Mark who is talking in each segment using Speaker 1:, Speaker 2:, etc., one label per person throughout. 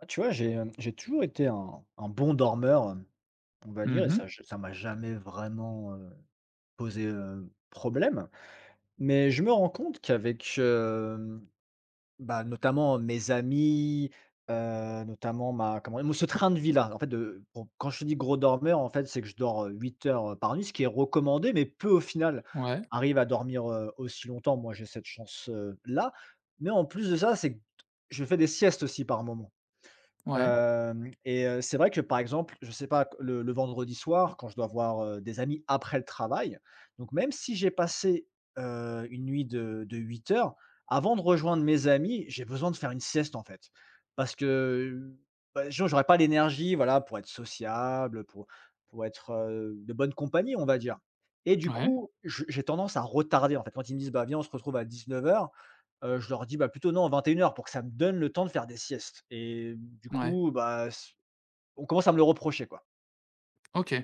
Speaker 1: Ah, tu vois, j'ai toujours été un bon dormeur, on va dire
Speaker 2: Mmh
Speaker 1: et
Speaker 2: mh.
Speaker 1: ça m'a jamais vraiment, posé, problème. Mais je me rends compte qu'avec notamment mes amis, notamment ma comment dire? Ce train de vie-là, en fait, de bon, quand je te dis gros dormeur, en fait, c'est que je dors, 8 heures, par nuit, ce qui est recommandé, mais peu, au final,
Speaker 2: Ouais,
Speaker 1: arrivent à dormir, aussi longtemps. Moi, j'ai cette chance, là. Mais en plus de ça, c'est que je fais des siestes aussi par moment.
Speaker 2: ouais,
Speaker 1: Hem et C'est vrai que, par exemple, je sais pas, le vendredi soir, quand je dois voir, des amis après le travail, donc même si j'ai passé, une nuit de 8 heures, avant de rejoindre mes amis, j'ai besoin de faire une sieste, en fait. Parce que, bah, sinon j'aurais pas l'énergie, voilà, pour être sociable, pour être, de bonne compagnie, on va dire et du
Speaker 2: ouais,
Speaker 1: coup, je j'ai tendance à retarder, en fait. Quand ils me disent: «Bah, viens, on se retrouve à 19 heures.» Je leur dis: «Bah, plutôt non, 21 heures, pour que ça me donne le temps de faire des siestes et du
Speaker 2: ouais.
Speaker 1: coup, bah, s on commence à me le reprocher, quoi.»
Speaker 2: OK.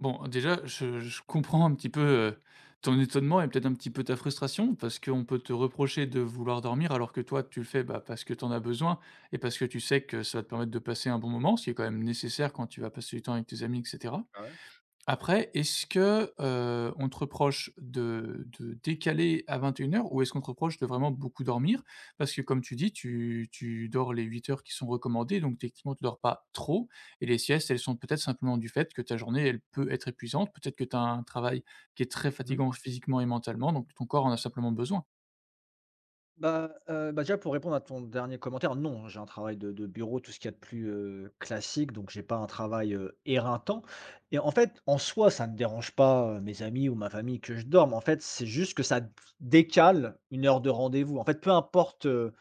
Speaker 2: Bon, déjà, je comprends un petit peu, ton étonnement et peut-être un petit peu ta frustration parce qu'on peut te reprocher de vouloir dormir alors que toi, tu le fais, bah, parce que tu en as besoin et parce que tu sais que ça va te permettre de passer un bon moment, ce qui est quand même nécessaire quand tu vas passer du temps avec tes amis et cetera. Après, est-ce que, on te reproche de décaler à 21 heures, ou est-ce qu'on te reproche de vraiment beaucoup dormir? Parce que comme tu dis, tu dors les 8 heures qui sont recommandées, donc techniquement, tu dors pas trop et les siestes, elles sont peut-être simplement du fait que ta journée, elle peut être épuisante, peut-être que tu as un travail qui est très
Speaker 1: Mmh
Speaker 2: fatigant physiquement et mentalement, donc ton corps en a simplement besoin.
Speaker 1: Bah, déjà pour répondre à ton dernier commentaire, non, hein, j'ai un travail de bureau, tout ce qu'il y a de plus, classique, donc j'ai pas un travail, éreintant et en fait, en soi, ça ne dérange pas, mes amis ou ma famille que je dorme. En fait, c'est juste que ça décale une heure de rendez-vous. En fait, peu importe,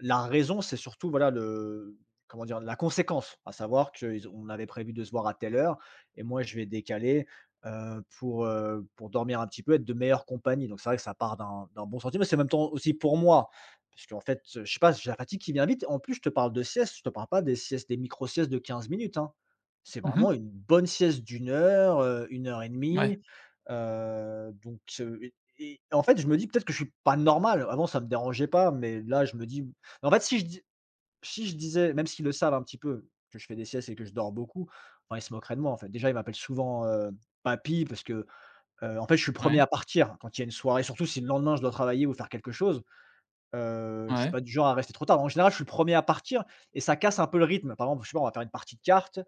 Speaker 1: la raison, c'est surtout, voilà, le comment dire? La conséquence, à savoir qu'ils on avait prévu de se voir à telle heure et moi je vais décaler pour dormir un petit peu, être de meilleure compagnie. Donc c'est vrai que ça part d'un bon sentiment. Mais c'est en même temps aussi pour moi, parce qu'en fait, je sais pas, j'ai la fatigue qui vient vite. En plus, je te parle de sieste, je te parle pas des siestes, des micro-siestes de 15 minutes, hein. C'est vraiment
Speaker 2: Mmh.
Speaker 1: une bonne sieste d'une heure, 1 heure et
Speaker 2: Ouais.
Speaker 1: demie, heu, donc heu et et en fait, je me dis peut-être que je suis pas normal. Avant, ça me dérangeait pas, mais là, je me dis en fait, si je disais même s'ils le savent un petit peu que je fais des siestes et que je dors beaucoup, enfin, ils se moqueraient de moi, en fait. Déjà, ils m'appellent souvent, papy parce que, en fait, je suis le
Speaker 2: Ouais.
Speaker 1: premier à partir quand il y a une soirée, surtout si le lendemain je dois travailler ou faire quelque chose. Je suis
Speaker 2: Ouais.
Speaker 1: pas du genre à rester trop tard. En général, je suis le premier à partir et ça casse un peu le rythme. Par exemple, je sais pas, on va faire une partie de cartes,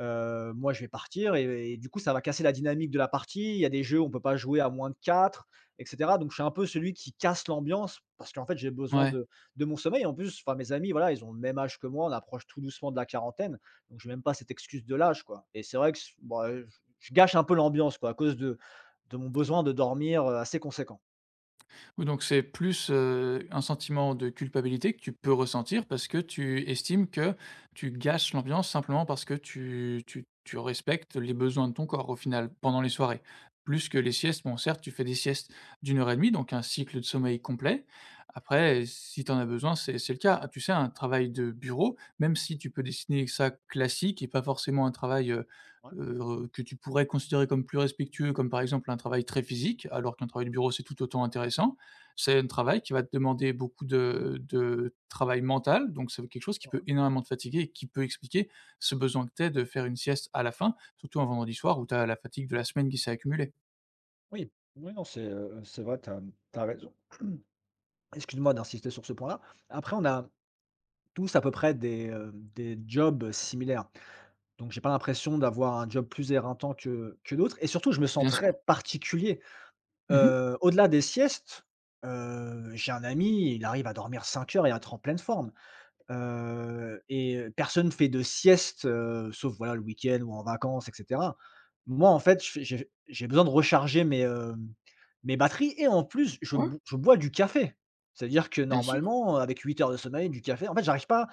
Speaker 1: moi je vais partir et du coup, ça va casser la dynamique de la partie. Il y a des jeux, où on peut pas jouer à moins de 4, et cetera. Donc je suis un peu celui qui casse l'ambiance parce qu'en fait, j'ai besoin
Speaker 2: Ouais.
Speaker 1: de mon sommeil. En plus, enfin mes amis, voilà, ils ont le même âge que moi, on approche tout doucement de la quarantaine, donc j'ai même pas cette excuse de l'âge, quoi et c'est vrai que je gâche un peu l'ambiance, quoi, à cause de mon besoin de dormir, assez conséquent.
Speaker 2: Oui, donc c'est plus, un sentiment de culpabilité que tu peux ressentir parce que tu estimes que tu gâches l'ambiance simplement parce que tu respectes les besoins de ton corps au final, pendant les soirées. Plus que les siestes, bon certes tu fais des siestes d'une heure et demie, donc un cycle de sommeil complet. Après si tu en as besoin, c'est le cas. Ah, tu sais un travail de bureau, même si tu peux dessiner ça classique et pas forcément un travail,
Speaker 1: Ouais.
Speaker 2: que tu pourrais considérer comme plus respectueux, comme par exemple un travail très physique, alors qu'un travail de bureau c'est tout autant intéressant. C'est un travail qui va te demander beaucoup de travail mental, donc c'est quelque chose qui peut énormément te fatiguer et qui peut expliquer ce besoin que tu as de faire une sieste à la fin, surtout un vendredi soir où tu as la fatigue de la semaine qui s'est accumulée.
Speaker 1: Oui, oui, non, c'est vrai, tu as raison. Excuse-moi d'insister sur ce point-là. Après, on a tous à peu près des jobs similaires. Donc j'ai pas l'impression d'avoir un job plus éreintant que d'autres et surtout, je me sens
Speaker 2: Bien sûr.
Speaker 1: très particulier.
Speaker 2: Mmh.
Speaker 1: Au-delà des siestes, j'ai un ami, il arrive à dormir 5 heures et à être en pleine forme. Et personne fait de sieste, sauf voilà le week-end ou en vacances et cetera. Moi en fait, je fais j'ai besoin de recharger mes, mes batteries et en plus
Speaker 2: Ouais,
Speaker 1: je bois du café. C'est-à-dire que
Speaker 2: bien sûr.
Speaker 1: normalement, avec 8 heures de sommeil, du café, en fait j'arrive pas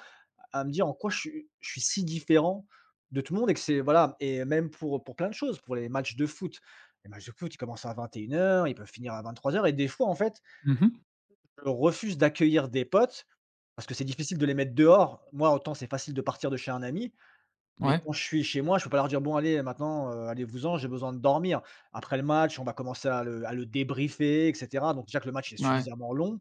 Speaker 1: à me dire en quoi je suis si différent de tout le monde et que c'est voilà et même pour plein de choses, pour les matchs de foot. Les matchs de foot, ils commencent à 21 heures, ils peuvent finir à 23 heures. Et des fois en fait,
Speaker 2: Mmh.
Speaker 1: je refuse d'accueillir des potes parce que c'est difficile de les mettre dehors. Moi, autant c'est facile de partir de chez un ami, mais
Speaker 2: Ouais,
Speaker 1: quand je suis chez moi, je peux pas leur dire: «Bon allez maintenant, allez-vous-en, j'ai besoin de dormir». Après le match, on va commencer à le débriefer et cetera. Donc déjà que le match est
Speaker 2: ouais,
Speaker 1: suffisamment long,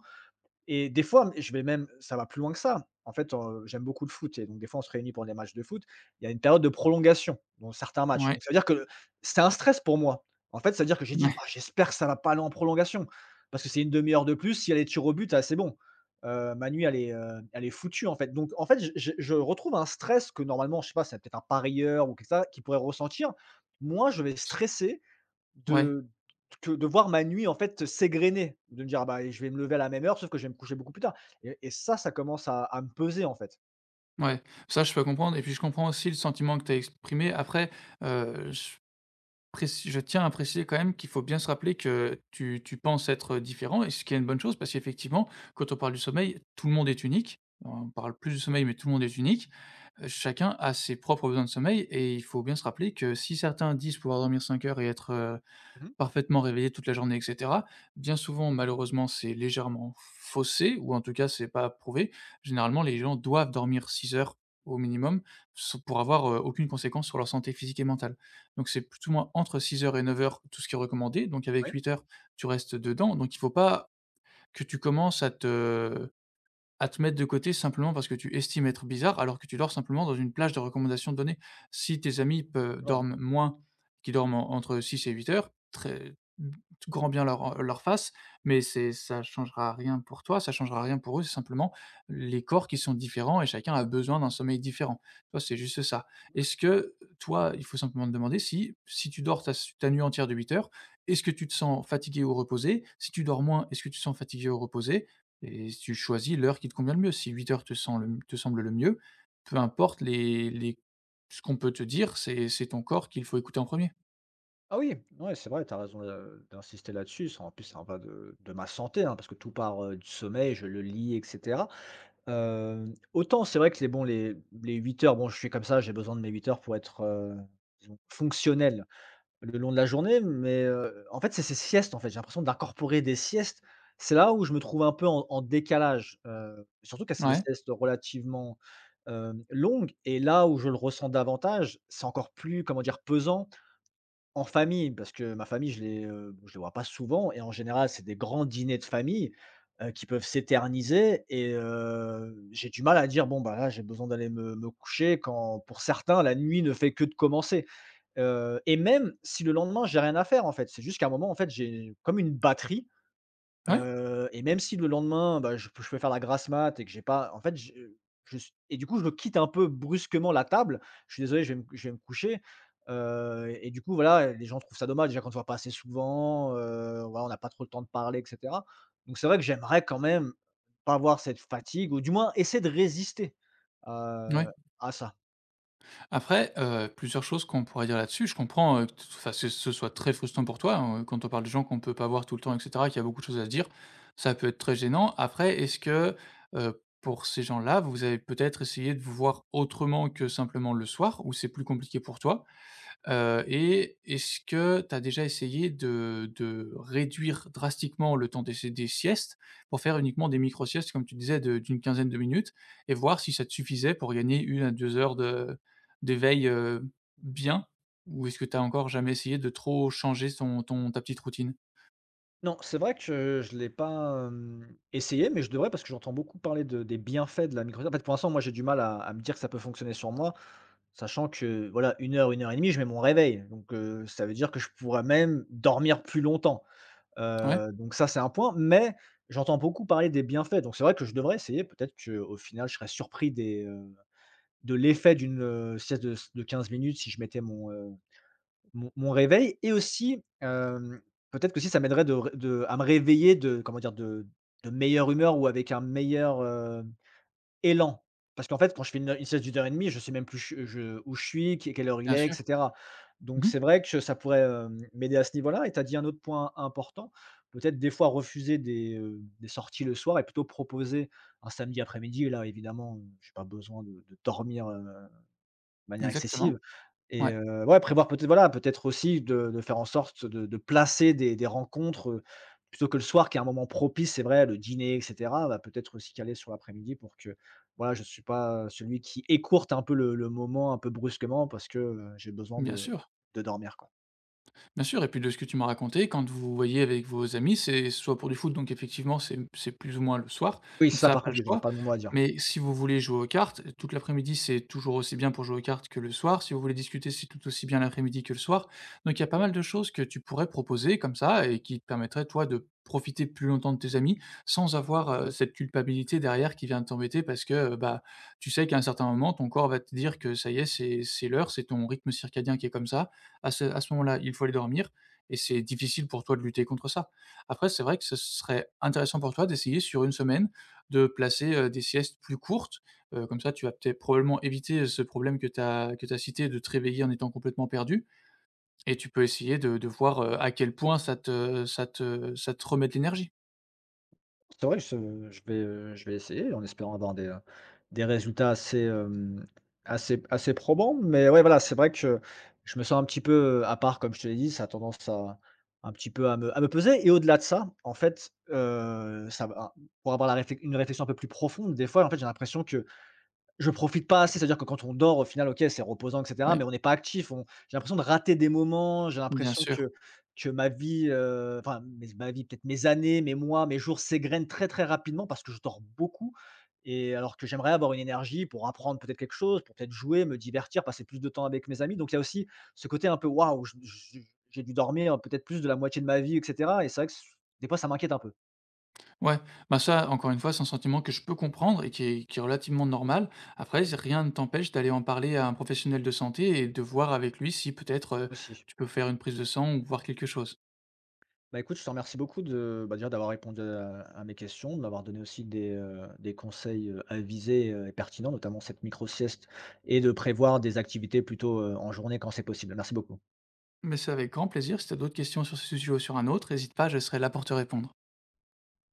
Speaker 1: et des fois, je vais même ça va plus loin que ça. En fait, j'aime beaucoup le foot et donc des fois, on se réunit pour des matchs de foot. Il y a une période de prolongation dans certains matchs.
Speaker 2: ouais,
Speaker 1: Donc ça veut dire que c'est un stress pour moi. En fait, ça veut dire que j'ai dit:
Speaker 2: ouais,
Speaker 1: «Ah j'espère que ça va pas aller en prolongation» parce que c'est une demi heure de plus, s'il y a les tirs au but, ah c'est bon. Ma nuit elle est foutue en fait. Donc en fait, je retrouve un stress que normalement, je sais pas, c'est peut-être un parieur ou quelque ça qui pourrait ressentir. Moi, je vais stresser
Speaker 2: ouais,
Speaker 1: de que de voir ma nuit en fait s'égrener, de me dire: «Ah bah, je vais me lever à la même heure, sauf que je vais me coucher beaucoup plus tard» et ça commence à me peser en fait.
Speaker 2: ouais. Ça, je peux comprendre et puis je comprends aussi le sentiment que tu as exprimé. Après, heu, je je tiens à préciser quand même qu'il faut bien se rappeler que tu penses être, différent et ce qui est une bonne chose parce qu'effectivement, quand on parle du sommeil, tout le monde est unique. On parle plus du sommeil, mais tout le monde est unique. Chacun a ses propres besoins de sommeil et il faut bien se rappeler que si certains disent pouvoir dormir 5 heures et être,
Speaker 1: Mmh
Speaker 2: parfaitement réveillé toute la journée et cetera. Bien souvent, malheureusement, c'est légèrement faussé ou en tout cas, c'est pas prouvé. Généralement, les gens doivent dormir 6 heures au minimum s pour avoir, aucune conséquence sur leur santé physique et mentale. Donc c'est plus ou moins entre 6 heures et 9 heures tout ce qui est recommandé, donc avec
Speaker 1: Oui.
Speaker 2: 8 heures, tu restes dedans. Donc il faut pas que tu commences à te mettre de côté simplement parce que tu estimes être bizarre, alors que tu dors simplement dans une plage de recommandations données. Si tes amis peu
Speaker 1: Voilà.
Speaker 2: dorment moins, qui dorment en entre 6 et 8 heures, très tout grand bien leur, leur face, mais
Speaker 1: Mmh
Speaker 2: c'est ça changera rien pour toi, ça changera rien pour eux, c'est simplement les corps qui sont différents et chacun a besoin d'un sommeil différent. Toi, c'est juste ça. Est-ce que, toi, il faut simplement te demander si tu dors ta nuit entière de 8 heures, est-ce que tu te sens fatigué ou reposé? Si tu dors moins, est-ce que tu te sens fatigué ou reposé? Et si tu choisis l'heure qui te convient le mieux. Si 8 heures te semble le mieux, peu importe les ce qu'on peut te dire, c'est ton corps qu'il faut écouter en premier.
Speaker 1: Ah oui, ouais, c'est vrai, tu as raison de d'insister là-dessus. Ça, en plus, ça va de ma santé, hein, parce que tout part, du sommeil, je le lis et cetera. Autant c'est vrai que les 8 heures, bon, je suis comme ça, j'ai besoin de mes 8 heures pour être, disons fonctionnel le long de la journée, mais, en fait, c'est ces siestes, en fait, j'ai l'impression d'incorporer des siestes. C'est là où je me trouve un peu en décalage, surtout quand c'est des
Speaker 2: Ouais,
Speaker 1: siestes relativement, longues et là où je le ressens davantage, c'est encore plus, comment dire, pesant en famille parce que ma famille, je les vois pas souvent et en général, c'est des grands dîners de famille, qui peuvent s'éterniser et j'ai du mal à dire: «Bon, bah, là, j'ai besoin d'aller me coucher» quand pour certains, la nuit ne fait que de commencer. Et même si le lendemain, j'ai rien à faire, en fait, c'est juste qu'à un moment, en fait, j'ai comme une batterie,
Speaker 2: ouais,
Speaker 1: et même si le lendemain, bah, je peux faire la grasse mat et que j'ai pas en fait, je s et du coup, je quitte un peu brusquement la table. Je suis désolé, je vais me coucher, et du coup, voilà, les gens trouvent ça dommage, déjà qu'on ne se voit pas assez souvent, voilà, on n'a pas trop le temps de parler et cetera. Donc c'est vrai que j'aimerais quand même pas avoir cette fatigue ou du moins essayer de résister, heu,
Speaker 2: ouais.
Speaker 1: à ça.
Speaker 2: Après, plusieurs choses qu'on pourrait dire là-dessus. Je comprends, que t enfin, ce soit très frustrant pour toi, hein, quand on parle de gens qu'on peut pas voir tout le temps et cetera, qu'il y a beaucoup de choses à se dire, ça peut être très gênant. Après, est-ce que, pour ces gens-là, vous avez peut-être essayé de vous voir autrement que simplement le soir ou c'est plus compliqué pour toi? Et est-ce que tu as déjà essayé de réduire drastiquement le temps des siestes pour faire uniquement des micro-siestes comme tu disais de d'une quinzaine de minutes et voir si ça te suffisait pour gagner une à 2 heures de d'éveil, bien? Ou est-ce que tu as encore jamais essayé de trop changer son ton ta petite routine?
Speaker 1: Non, c'est vrai que je ne l'ai pas, essayé, mais je devrais parce que j'entends beaucoup parler de des bienfaits de la micro en fait, pour l'instant, moi, j'ai du mal à me dire que ça peut fonctionner sur moi, sachant que, voilà, une heure et demie, je mets mon réveil, donc ça veut dire que je pourrais même dormir plus longtemps,
Speaker 2: Ouais,
Speaker 1: donc ça, c'est un point, mais j'entends beaucoup parler des bienfaits, donc c'est vrai que je devrais essayer. Peut-être qu'au final, je serais surpris des, de l'effet d'une, sieste de 15 minutes si je mettais mon, mon réveil et aussi, peut-être que si ça m'aiderait de ré de à me réveiller de comment dire? De meilleure humeur ou avec un meilleur, élan. Parce qu'en fait, quand je fais une sieste d'une heure et demie, je sais même plus je où je suis, que quelle heure il
Speaker 2: bien
Speaker 1: est et
Speaker 2: sûr.
Speaker 1: cetera. Donc
Speaker 2: Mmh.
Speaker 1: c'est vrai que ça pourrait, m'aider à ce niveau-là et tu as dit un autre point important, peut-être des fois refuser des sorties le soir et plutôt proposer un samedi après-midi. Là évidemment, j'ai pas besoin de dormir, de manière excessive.
Speaker 2: Exactement.
Speaker 1: Et
Speaker 2: Ouais.
Speaker 1: ouais, prévoir peut-être voilà, peut-être aussi de faire en sorte de placer des rencontres, plutôt que le soir qui est un moment propice, c'est vrai, le dîner et cetera, bah, peut-être aussi caler sur l'après-midi pour que, voilà, je ne suis pas, celui qui écourte un peu le moment un peu brusquement parce que, j'ai besoin
Speaker 2: Bien sûr.
Speaker 1: de dormir, quoi.
Speaker 2: Bien sûr et puis de ce que tu m'as raconté, quand vous vous voyez avec vos amis, c'est soit pour du foot, donc effectivement, c'est plus ou moins le soir,
Speaker 1: Oui,
Speaker 2: donc
Speaker 1: ça
Speaker 2: ça
Speaker 1: par
Speaker 2: pas le
Speaker 1: contre, oui, j'aurais
Speaker 2: choix.
Speaker 1: pas mon mot à dire.
Speaker 2: Mais si vous voulez jouer aux cartes, toute l'après-midi, c'est toujours aussi bien pour jouer aux cartes que le soir. Si vous voulez discuter, c'est tout aussi bien l'après-midi que le soir. Donc il y a pas mal de choses que tu pourrais proposer comme ça et qui te permettraient, toi, de profiter plus longtemps de tes amis sans avoir, cette culpabilité derrière qui vient t'embêter parce que, bah, tu sais qu'à un certain moment, ton corps va te dire que ça y est, c'est l'heure, c'est ton rythme circadien qui est comme ça à ce moment-là, il faut aller dormir et c'est difficile pour toi de lutter contre ça. Après, c'est vrai que ce serait intéressant pour toi d'essayer sur une semaine de placer, des siestes plus courtes, comme ça tu vas peut-être probablement éviter ce problème que tu as cité de te réveiller en étant complètement perdu et tu peux essayer de voir, à quel point ça te remet de l'énergie.
Speaker 1: C'est vrai, je vais, je vais essayer en espérant avoir des résultats assez, assez probants. Mais ouais, voilà, c'est vrai que je me sens un petit peu, à part, comme je te l'ai dit, ça a tendance à un petit peu à me peser et au-delà de ça, en fait, ça va pour avoir la réflec une réflexion un peu plus profonde, des fois, en fait, j'ai l'impression que je profite pas assez, c'est-à-dire que quand on dort, au final, OK, c'est reposant et cetera, mais
Speaker 2: Oui,
Speaker 1: on n'est pas actif. On J'ai l'impression de rater des moments, j'ai
Speaker 2: bien
Speaker 1: l'impression
Speaker 2: sûr.
Speaker 1: que ma vie, enfin, mes ma vie, peut-être mes années, mes mois, mes jours s'égrènent très, très rapidement parce que je dors beaucoup et alors que j'aimerais avoir une énergie pour apprendre peut-être quelque chose, pour peut-être jouer, me divertir, passer plus de temps avec mes amis. Donc il y a aussi ce côté un peu: «Waouh, je j'ai dû dormir peut-être plus de la moitié de ma vie» et cetera et c'est vrai que s des fois ça m'inquiète un peu.
Speaker 2: Ouais, bah, ça, encore une fois, c'est un sentiment que je peux comprendre et qui est relativement normal. Après,
Speaker 1: Mmh
Speaker 2: z rien ne t'empêche d'aller en parler à un professionnel de santé et de voir avec lui si peut-être,
Speaker 1: Aussi.
Speaker 2: tu peux faire une prise de sang ou voir quelque chose.
Speaker 1: Bah, écoute, je te remercie beaucoup de, bah, déjà d'avoir répondu à mes questions, de m'avoir donné aussi des conseils avisés et pertinents, notamment cette micro-sieste, et de prévoir des activités plutôt en journée quand c'est possible. Merci beaucoup.
Speaker 2: Mais c'est avec grand plaisir. Si tu as d'autres questions sur ce sujet ou sur un autre, hésite pas, je serai là pour te répondre.